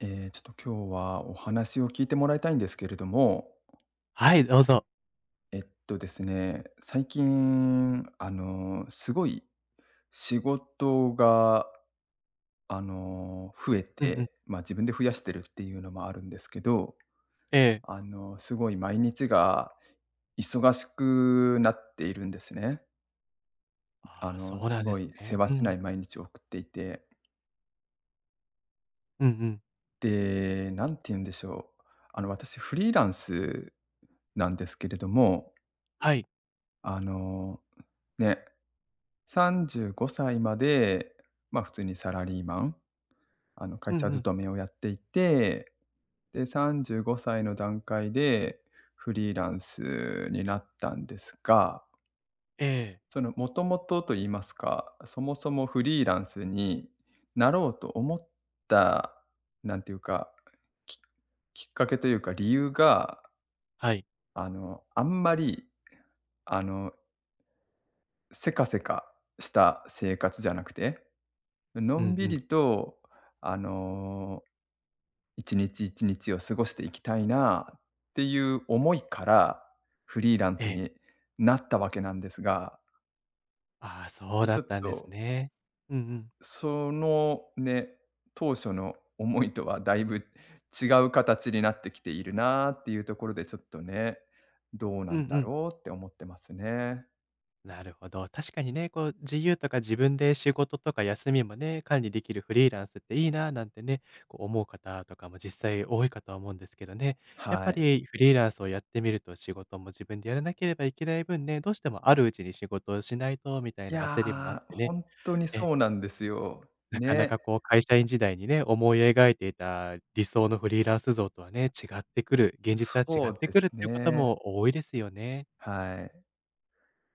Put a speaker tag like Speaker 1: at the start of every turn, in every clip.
Speaker 1: ちょっと今日はお話を聞いてもらいたいんですけれども、
Speaker 2: はい、どうぞ。
Speaker 1: えっとですね、最近、すごい仕事が、増え
Speaker 2: うんうん。
Speaker 1: て、まあ自分で増やしてるっていうのもあるんですけど、
Speaker 2: ええ。
Speaker 1: すごい毎日が忙しくなっているんですね。
Speaker 2: ああ、そう
Speaker 1: す
Speaker 2: なんで
Speaker 1: ご
Speaker 2: す
Speaker 1: いせ
Speaker 2: ね。
Speaker 1: わ
Speaker 2: う
Speaker 1: しな
Speaker 2: ん。
Speaker 1: い毎日を送っていて、
Speaker 2: うんうん。
Speaker 1: で、なんて言うんでしょう。私、フリーランスなんですけれども、
Speaker 2: はい。
Speaker 1: あの、ね、35歳まで、まあ、普通にサラリーマン、会
Speaker 2: うん
Speaker 1: 社
Speaker 2: うん。
Speaker 1: 勤めをやっていて、で、35歳の段階でフリーランスになったんですが、
Speaker 2: ええ。
Speaker 1: その、もともとと言いますか、そもそもフリーランスになろうと思った、なんていうか、ききっかけというか、理由が、
Speaker 2: はい。
Speaker 1: あんまり、あの、せかせかした生活じゃなくての
Speaker 2: うんう
Speaker 1: んび
Speaker 2: ん。
Speaker 1: りと、あの、1日1日を過ごしていきたいなっていう思いから、フリーラン
Speaker 2: え
Speaker 1: ス
Speaker 2: え。
Speaker 1: になったわけなんですが、
Speaker 2: ああ、そ
Speaker 1: ち
Speaker 2: うだ
Speaker 1: ょ
Speaker 2: っ
Speaker 1: っ
Speaker 2: たんです
Speaker 1: と、
Speaker 2: ね。うんうん。
Speaker 1: そのね、当初の思いとはだいぶ違う形になってきているなっていうところで、ちょっとね、どうな
Speaker 2: うん
Speaker 1: ん
Speaker 2: う
Speaker 1: だ
Speaker 2: ん。
Speaker 1: ろうって思ってますね。
Speaker 2: なるほど。確かにね、こう、自由とか自分で仕事とか休みもね、管理できるフリーランスっていいななんてね、こう思う方とかも実際多いかとは思うんですけどね。やっ
Speaker 1: は
Speaker 2: ぱ
Speaker 1: い。
Speaker 2: りフリーランスをやってみると仕事も自分でやらなければいけない分ね、どうしてもあるうちに仕事をしないとみたい
Speaker 1: い
Speaker 2: な
Speaker 1: や、
Speaker 2: 焦りもあって
Speaker 1: ほ
Speaker 2: ね。
Speaker 1: んとに
Speaker 2: ええ。
Speaker 1: そうなんですよ。
Speaker 2: なかな
Speaker 1: ね、
Speaker 2: かこう会社員時代にね、思い描いていた理想のフリーランス像とはね、違ってくる、現実は違
Speaker 1: そ
Speaker 2: っ
Speaker 1: う
Speaker 2: て
Speaker 1: で
Speaker 2: く
Speaker 1: す
Speaker 2: るっていうこと
Speaker 1: ね。
Speaker 2: も多いですよね。
Speaker 1: はい。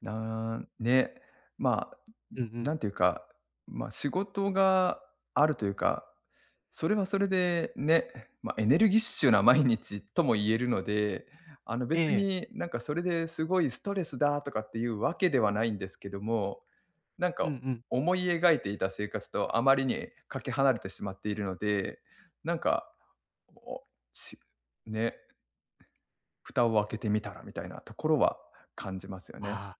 Speaker 1: なーね、まあ、
Speaker 2: うんう
Speaker 1: な
Speaker 2: ん。
Speaker 1: んていうか、まあ、仕事があるというか、それはそれでね、まあ、エネルギッシュな毎日とも言えるので、
Speaker 2: え
Speaker 1: 別
Speaker 2: え。
Speaker 1: になんかそれですごいストレスだとかっていうわけではないんですけども、なん
Speaker 2: う
Speaker 1: か
Speaker 2: んうん。
Speaker 1: 思い描いていた生活とあまりにかけ離れてしまっているので、なんか、おしね、蓋を開けてみたらみたいなところは感じますよね。
Speaker 2: あ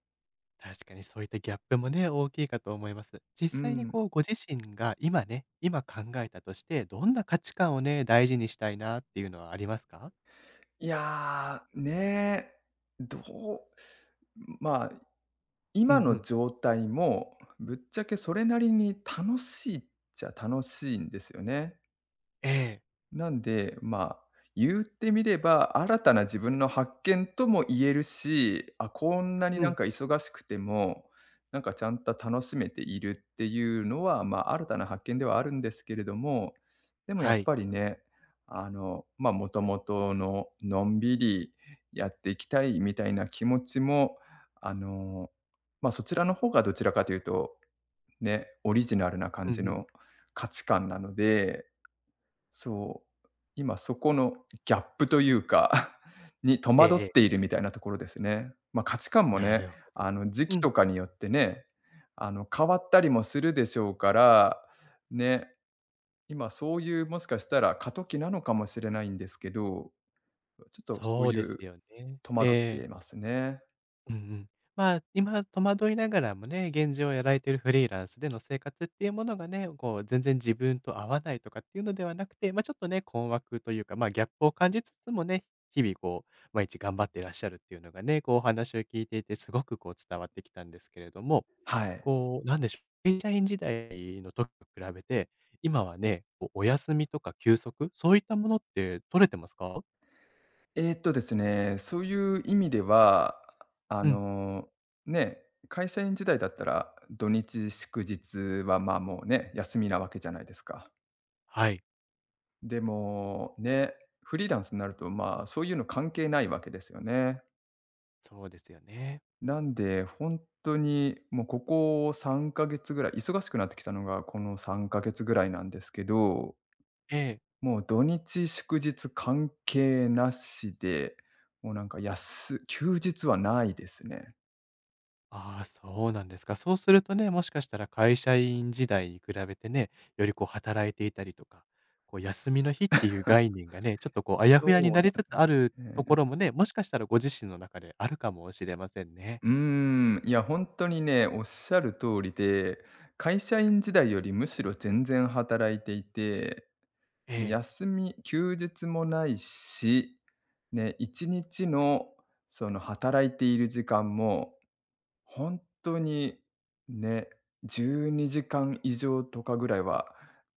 Speaker 2: あ、確かにそういったギャップもね、大きいかと思います。実
Speaker 1: う
Speaker 2: 際に
Speaker 1: ん。
Speaker 2: こうご自身が今ね、今考えたとして、どんな価値観をね、大事にしたいなっていうのはありますか？
Speaker 1: いやー、ね、えどうまあ、
Speaker 2: うん
Speaker 1: 今
Speaker 2: う
Speaker 1: の
Speaker 2: ん。
Speaker 1: 状態もぶっちゃけそれなりに楽しいっちゃ楽しいんですよね。
Speaker 2: ええ。
Speaker 1: なんで、まあ、言ってみれば、新たな自分の発見とも言えるし、あ、こんなに
Speaker 2: う
Speaker 1: なん
Speaker 2: ん。
Speaker 1: か忙しくても、なんかちゃんと楽しめているっていうのは、まあ、新たな発見ではあるんですけれども、でもやっ
Speaker 2: はい。
Speaker 1: ぱりね、まあ、もともとののんびりやっていきたいみたいな気持ちも、あの、まあ、そちらの方がどちらかというと、ね、オリジナルな
Speaker 2: う
Speaker 1: 感
Speaker 2: んう
Speaker 1: じ
Speaker 2: ん。
Speaker 1: の価値観なのでそう、今そこのギャップというか に戸
Speaker 2: ええ
Speaker 1: 惑っ
Speaker 2: ええ。
Speaker 1: ているみたいなところですね。まあ、価値観も
Speaker 2: な
Speaker 1: ね、
Speaker 2: るほど。
Speaker 1: 時期
Speaker 2: うん、
Speaker 1: とかによってね、変わったりもするでしょうから、ね、今そういうもしかしたら過渡期なのかもしれないんですけど、ちょっとそう
Speaker 2: そう
Speaker 1: い
Speaker 2: です
Speaker 1: う
Speaker 2: よね。
Speaker 1: 戸惑って
Speaker 2: ええ。
Speaker 1: いますね。
Speaker 2: うんうん。まあ、今戸惑いながらもね、現状をやられてるフリーランスでの生活っていうものがね、こう全然自分と合わないとかっていうのではなくて、まあ、ちょっとね、困惑というか、まあ、ギャップを感じつつもね、日々こう、毎日頑張っていらっしゃるっていうのがね、こうお話を聞いていてすごくこう伝わってきたんですけれども、
Speaker 1: はい。
Speaker 2: こう、なんでしょう、会社員時代の時と比べて、今はね、こうお休みとか休息、そういったものって取れてますか？
Speaker 1: ですね、そういう意味では、あ
Speaker 2: うん、
Speaker 1: の、ね、会社員時代だったら、土日祝日は、まあ、もうね、休みなわけじゃないですか。
Speaker 2: はい、
Speaker 1: でも、ね、フリーランスになると、まあ、そういうの関係ないわけですよね。
Speaker 2: そうですよね。
Speaker 1: なんで、本当にもうここ3ヶ月ぐらい、忙しくなってきたのがこの3ヶ月ぐらいなんですけど、
Speaker 2: ええ。
Speaker 1: もう土日祝日関係なしで、もうなんか休日はないですね。
Speaker 2: ああ、そうなんですか。そうするとね、もしかしたら会社員時代に比べてね、よりこう働いていたりとか、こう休みの日っていう概念がね、ちょっとこうあやふやに
Speaker 1: そう
Speaker 2: なり
Speaker 1: だ
Speaker 2: つつあるとこ
Speaker 1: ね。
Speaker 2: ろもね、もしかしたらご自身の中であるかもしれませんね。
Speaker 1: うーん、いや、本当にね、おっしゃる通りで、会社員時代よりむしろ全然働いていて、
Speaker 2: ええ。
Speaker 1: 休日もないし、ね、1日のその働いている時間も、本当にね、12時間以上とかぐらいは、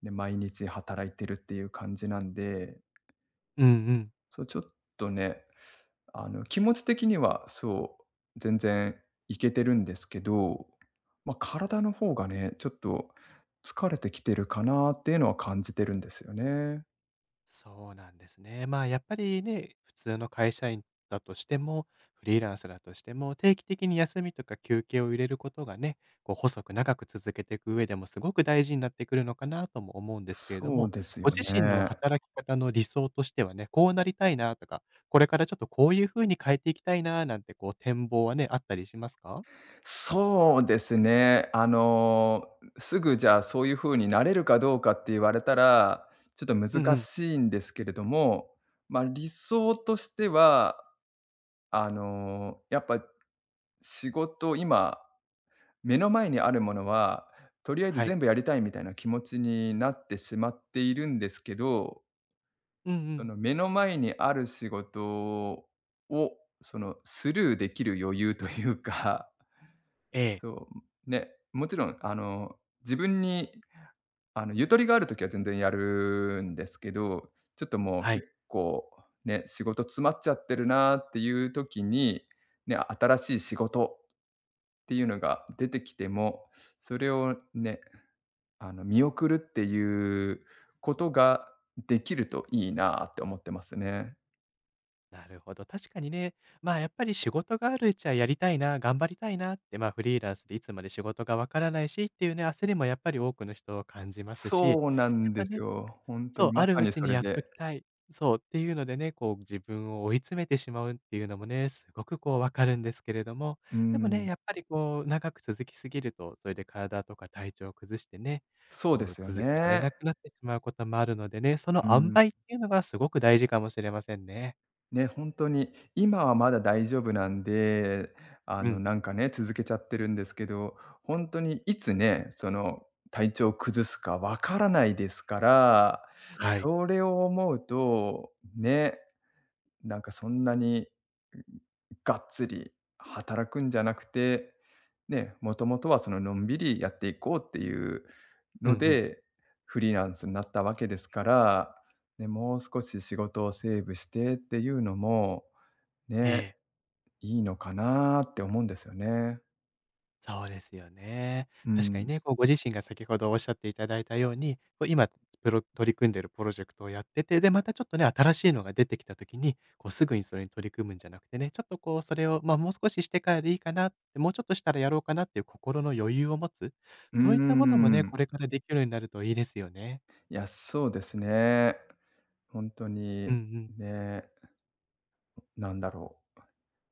Speaker 1: ね、毎日働いてるっていう感じなんで、
Speaker 2: うんうん。
Speaker 1: そう、ちょっとね気持ち的にはそう、全然いけてるんですけど、まあ、体の方がね、ちょっと疲れてきてるかなっていうのは感じてるんですよね。
Speaker 2: そうなんですね。まあ、やっぱりね、普通の会社員だとしても、フリーランスだとしても、定期的に休みとか休憩を入れることがね、こう細く長く続けていく上でもすごく大事になってくるのかなとも思うんですけれど
Speaker 1: そう
Speaker 2: も、
Speaker 1: ですよ
Speaker 2: ご自身の
Speaker 1: ね。
Speaker 2: 働き方の理想としてはね、こうなりたいなとか、これからちょっとこういう風に変えていきたいななんてこう展望はね、あったりしますか？
Speaker 1: そうですね。すぐじゃあ、そういう風になれるかどうかって言われたら、ちょっと
Speaker 2: うんう
Speaker 1: 難
Speaker 2: ん。
Speaker 1: しいんですけれども、まあ、理想としては、やっぱ仕事今目の前にあるものは、とりあえず
Speaker 2: はい。
Speaker 1: 全部やりたいみたいな気持ちになってしまっているんですけど、
Speaker 2: うんう
Speaker 1: そ
Speaker 2: ん。
Speaker 1: の目の前にある仕事をそのスルーできる余裕というか、
Speaker 2: え え、
Speaker 1: そう、ね、もちろんあの自分にあのゆとりがあるときは全然やるんですけど、ちょっともう
Speaker 2: はい。
Speaker 1: 結構ね、仕事詰まっちゃってるなっていう時に、ね、新しい仕事っていうのが出てきても、それをね、見送るっていうことができるといいなって思ってますね。
Speaker 2: なるほど。確かにね、まあやっぱり仕事があるうちはやりたいな、頑張りたいなって、まあフリーランスでいつまで仕事がわからないしっていうね、焦りもやっぱり多くの人を感じますし、
Speaker 1: そうな
Speaker 2: や
Speaker 1: ん
Speaker 2: っ
Speaker 1: で
Speaker 2: ぱ
Speaker 1: す
Speaker 2: ね、
Speaker 1: よ。ほんと
Speaker 2: そ
Speaker 1: に
Speaker 2: う、
Speaker 1: ま
Speaker 2: ある
Speaker 1: さ
Speaker 2: う
Speaker 1: に
Speaker 2: ち
Speaker 1: そ
Speaker 2: に
Speaker 1: れ
Speaker 2: やっ
Speaker 1: で。
Speaker 2: ときたい、そうっていうのでね、こう自分を追い詰めてしまうっていうのもね、すごくこうわかるんですけれども、
Speaker 1: う
Speaker 2: でもね、
Speaker 1: ん。
Speaker 2: やっぱりこう長く続きすぎると、それで体とか体調を崩してね、
Speaker 1: そうで
Speaker 2: こう
Speaker 1: すよ
Speaker 2: 続けられ
Speaker 1: ね。
Speaker 2: なくなってしまうこともあるのでね、その
Speaker 1: う
Speaker 2: 塩
Speaker 1: ん。
Speaker 2: 梅っていうのがすごく大事かもしれませんね。
Speaker 1: ね、ほんとに今はまだ大丈夫なんで、
Speaker 2: うん。
Speaker 1: なんかね、続けちゃってるんですけど、ほんとにいつね、その、体調を崩すかわからないですから、
Speaker 2: はい。
Speaker 1: それを思うと、ね、なんかそんなに、がっつり働くんじゃなくて、ね、もともとはそののんびりやっていこうっていう
Speaker 2: うん
Speaker 1: の
Speaker 2: うん。
Speaker 1: で、フリーランスになったわけですから、ね、もう少し仕事をセーブしてっていうのも、ね、
Speaker 2: ええ、
Speaker 1: いいのかなって思うんですよね。
Speaker 2: そうですよね。
Speaker 1: う
Speaker 2: 確かに
Speaker 1: ん。
Speaker 2: ね、こうご自身が先ほどおっしゃっていただいたように、こう今プロ取り組んでいるプロジェクトをやってて、で、またちょっとね、新しいのが出てきた時に、こうすぐにそれに取り組むんじゃなくてね、ちょっとこうそれを、ま、もう少ししてからでいいかなって、もうちょっとしたらやろうかなっていう心の余裕を持つ、
Speaker 1: うー
Speaker 2: そういったものもね、
Speaker 1: ん。
Speaker 2: これからできるようになるといいですよね。
Speaker 1: いや、そうですね。本当
Speaker 2: う
Speaker 1: に、
Speaker 2: んうん。
Speaker 1: ね、なんだろう。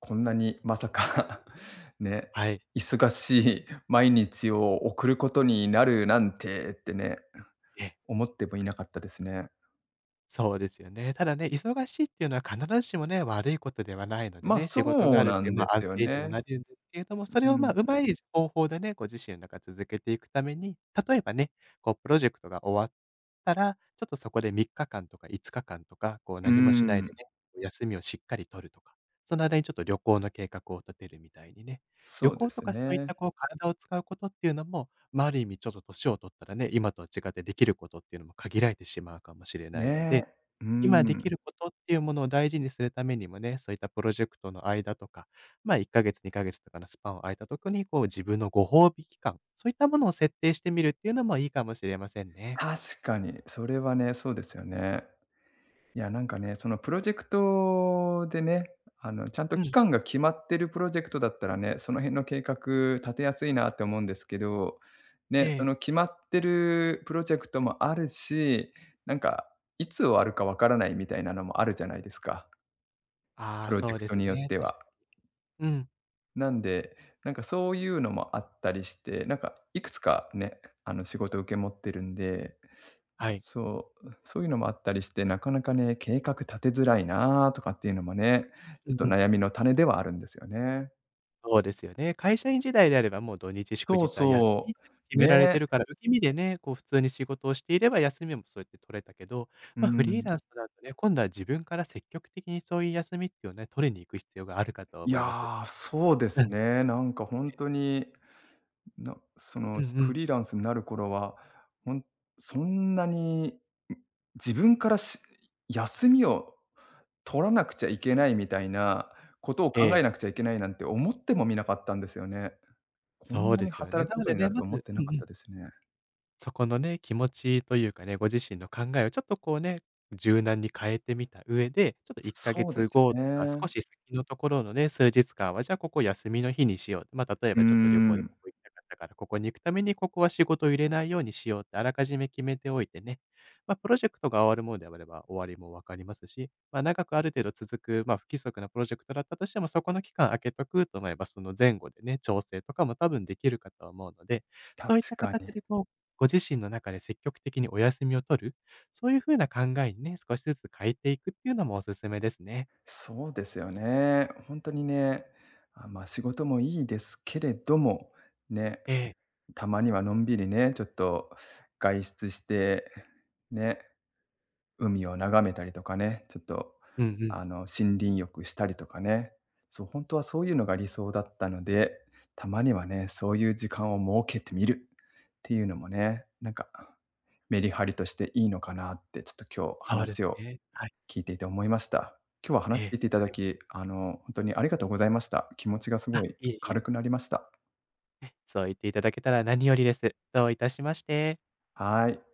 Speaker 1: こんなにまさか ね、
Speaker 2: はい。
Speaker 1: 忙しい毎日を送ることになるなんてってね、
Speaker 2: ええ。
Speaker 1: 思ってもいなかったですね。
Speaker 2: そうですよね。ただね、忙しいっていうのは必ずしもね、悪いことではないので
Speaker 1: まあ、
Speaker 2: ね、
Speaker 1: そ
Speaker 2: 仕事が
Speaker 1: う
Speaker 2: あるっ
Speaker 1: な
Speaker 2: ていう、
Speaker 1: ん
Speaker 2: ま
Speaker 1: です
Speaker 2: あ、安
Speaker 1: よ
Speaker 2: 定にも
Speaker 1: ね。
Speaker 2: なるんですけれども、そ
Speaker 1: う
Speaker 2: れを、まあ、
Speaker 1: ん。
Speaker 2: うまい方法でね、ご自身の中続けていくために、例えばね、こうプロジェクトが終わったら、ちょっとそこで3日間とか5日間とか、こう
Speaker 1: う
Speaker 2: 何もしないで
Speaker 1: ん。
Speaker 2: ね、休みをしっかり取るとか、その間にちょっと旅行の計画を立てるみたいにね、旅
Speaker 1: そうで
Speaker 2: 行と
Speaker 1: す
Speaker 2: かそういっ
Speaker 1: ね。
Speaker 2: たこう体を使うことっていうのもまあ、ある意味ちょっと年を取ったらね、今とは違ってできることっていうのも限られてしまうかもしれないの
Speaker 1: ね。
Speaker 2: で、
Speaker 1: う
Speaker 2: 今で
Speaker 1: ん。
Speaker 2: きることっていうものを大事にするためにもね、そういったプロジェクトの間とか、ま、1か月、2か月とかのスパンを空いた時に、こう自分のご褒美期間、そういったものを設定してみるっていうのもいいかもしれませんね。
Speaker 1: 確かに、それはね、そうですよね。いや、なんかね、そのプロジェクトでね、ちゃんと
Speaker 2: う
Speaker 1: 期
Speaker 2: ん、
Speaker 1: 間が決まってるプロジェクトだったらね、その辺の計画立てやすいなって思うんですけど、ね、
Speaker 2: え
Speaker 1: その
Speaker 2: え。
Speaker 1: 決まってるプロジェクトもあるし、なんか、いつ終わるかわからないみたいなのもあるじゃないですか、
Speaker 2: あ
Speaker 1: プ
Speaker 2: あ、
Speaker 1: ロジ
Speaker 2: そ
Speaker 1: ェ
Speaker 2: う
Speaker 1: ク
Speaker 2: で
Speaker 1: ト
Speaker 2: す
Speaker 1: によっ
Speaker 2: ね、
Speaker 1: て
Speaker 2: 確
Speaker 1: は。
Speaker 2: かに。うん、
Speaker 1: なんで、なんかそういうのもあったりして、なんかいくつかね、仕事を受け持ってるんで、
Speaker 2: はい。
Speaker 1: そう、そういうのもあったりして、なかなかね、計画立てづらいなとかっていうのもね、
Speaker 2: う
Speaker 1: ち
Speaker 2: ん
Speaker 1: ょっと
Speaker 2: うん。
Speaker 1: 悩みの種ではあるんですよね。
Speaker 2: そうですよね。会社員時代であれば、もう土日祝
Speaker 1: そう
Speaker 2: 日は休
Speaker 1: そ
Speaker 2: みって
Speaker 1: う。
Speaker 2: 決められ
Speaker 1: ね。
Speaker 2: てるから、受け身でね、こう普通に仕事をしていれば休みもそうやって取れたけど、
Speaker 1: う
Speaker 2: まあ、フリー
Speaker 1: ん。
Speaker 2: ランスだとね、今度は自分から積極的にそういう休みっていうのをね、取りに行く必要があるかと
Speaker 1: い
Speaker 2: 思います。
Speaker 1: や、そうで
Speaker 2: う
Speaker 1: す
Speaker 2: ん。
Speaker 1: ね。なんかほんとに、そ
Speaker 2: う
Speaker 1: の、
Speaker 2: んう
Speaker 1: フ
Speaker 2: ん。
Speaker 1: リーランスになる頃は、ほんそんなに、ん、自分から休みを取らなくちゃいけないみたいなことを
Speaker 2: え
Speaker 1: 考え
Speaker 2: え、
Speaker 1: なくちゃいけないなんて思ってもみなかったんですよね。こん
Speaker 2: そう
Speaker 1: な
Speaker 2: で
Speaker 1: に
Speaker 2: すよね。
Speaker 1: 働く
Speaker 2: な
Speaker 1: こ
Speaker 2: の
Speaker 1: と
Speaker 2: で
Speaker 1: にな
Speaker 2: ね、
Speaker 1: ると
Speaker 2: ま
Speaker 1: 思っ
Speaker 2: ず
Speaker 1: て
Speaker 2: う
Speaker 1: なか
Speaker 2: ん
Speaker 1: っ
Speaker 2: うん。
Speaker 1: たですね。
Speaker 2: そこのね、気持ちというかね、ご自身の考えをちょっとこうね、柔軟に変えてみた上で、ちょっと1か
Speaker 1: そうで
Speaker 2: 月
Speaker 1: す
Speaker 2: 後とか、
Speaker 1: ね。
Speaker 2: 少し先のところのね、数日間は、じゃあここ休みの日にしよう。まあ、例え
Speaker 1: うー
Speaker 2: ばちょっと旅行で
Speaker 1: ん、
Speaker 2: ここ行きたかったから、ここに行くためにここは仕事を入れないようにしようってあらかじめ決めておいてね、まあ、プロジェクトが終わるものであれば終わりも分かりますし、まあ、長くある程度続く、まあ、不規則なプロジェクトだったとしても、そこの期間空けとくと思えば、その前後でね、調整とかも多分できるかと思うので、そういっ
Speaker 1: 確
Speaker 2: た
Speaker 1: か
Speaker 2: 形
Speaker 1: に。
Speaker 2: でこうご自身の中で積極的にお休みを取る、そういう風な考えにね、少しずつ変えていくっていうのもおすすめですね。
Speaker 1: そうですよね。ほんとにね、あ、ま、仕事もいいですけれども、ね、
Speaker 2: ええ。
Speaker 1: たまにはのんびりね、ちょっと外出して、ね、海を眺めたりとかね、ちょっと、
Speaker 2: うんうん。
Speaker 1: 森林浴したりとかね、そう、ほんとはそういうのが理想だったので、たまにはね、そういう時間を設けてみる。っていうのもね、なんか、メリハリとしていいのかなってちょっと今日
Speaker 2: そうで
Speaker 1: 話
Speaker 2: す
Speaker 1: を
Speaker 2: ね。はい。
Speaker 1: 聞いていて思いました。今日は話聞い
Speaker 2: え
Speaker 1: ていた
Speaker 2: え。そ
Speaker 1: だ
Speaker 2: れ
Speaker 1: き、本当にありがとうございました。気持ちがすご
Speaker 2: あ、
Speaker 1: い
Speaker 2: いえいえ。
Speaker 1: 軽くなりました。
Speaker 2: そう言っていただけたら何よりです。どういたしまして。
Speaker 1: はい。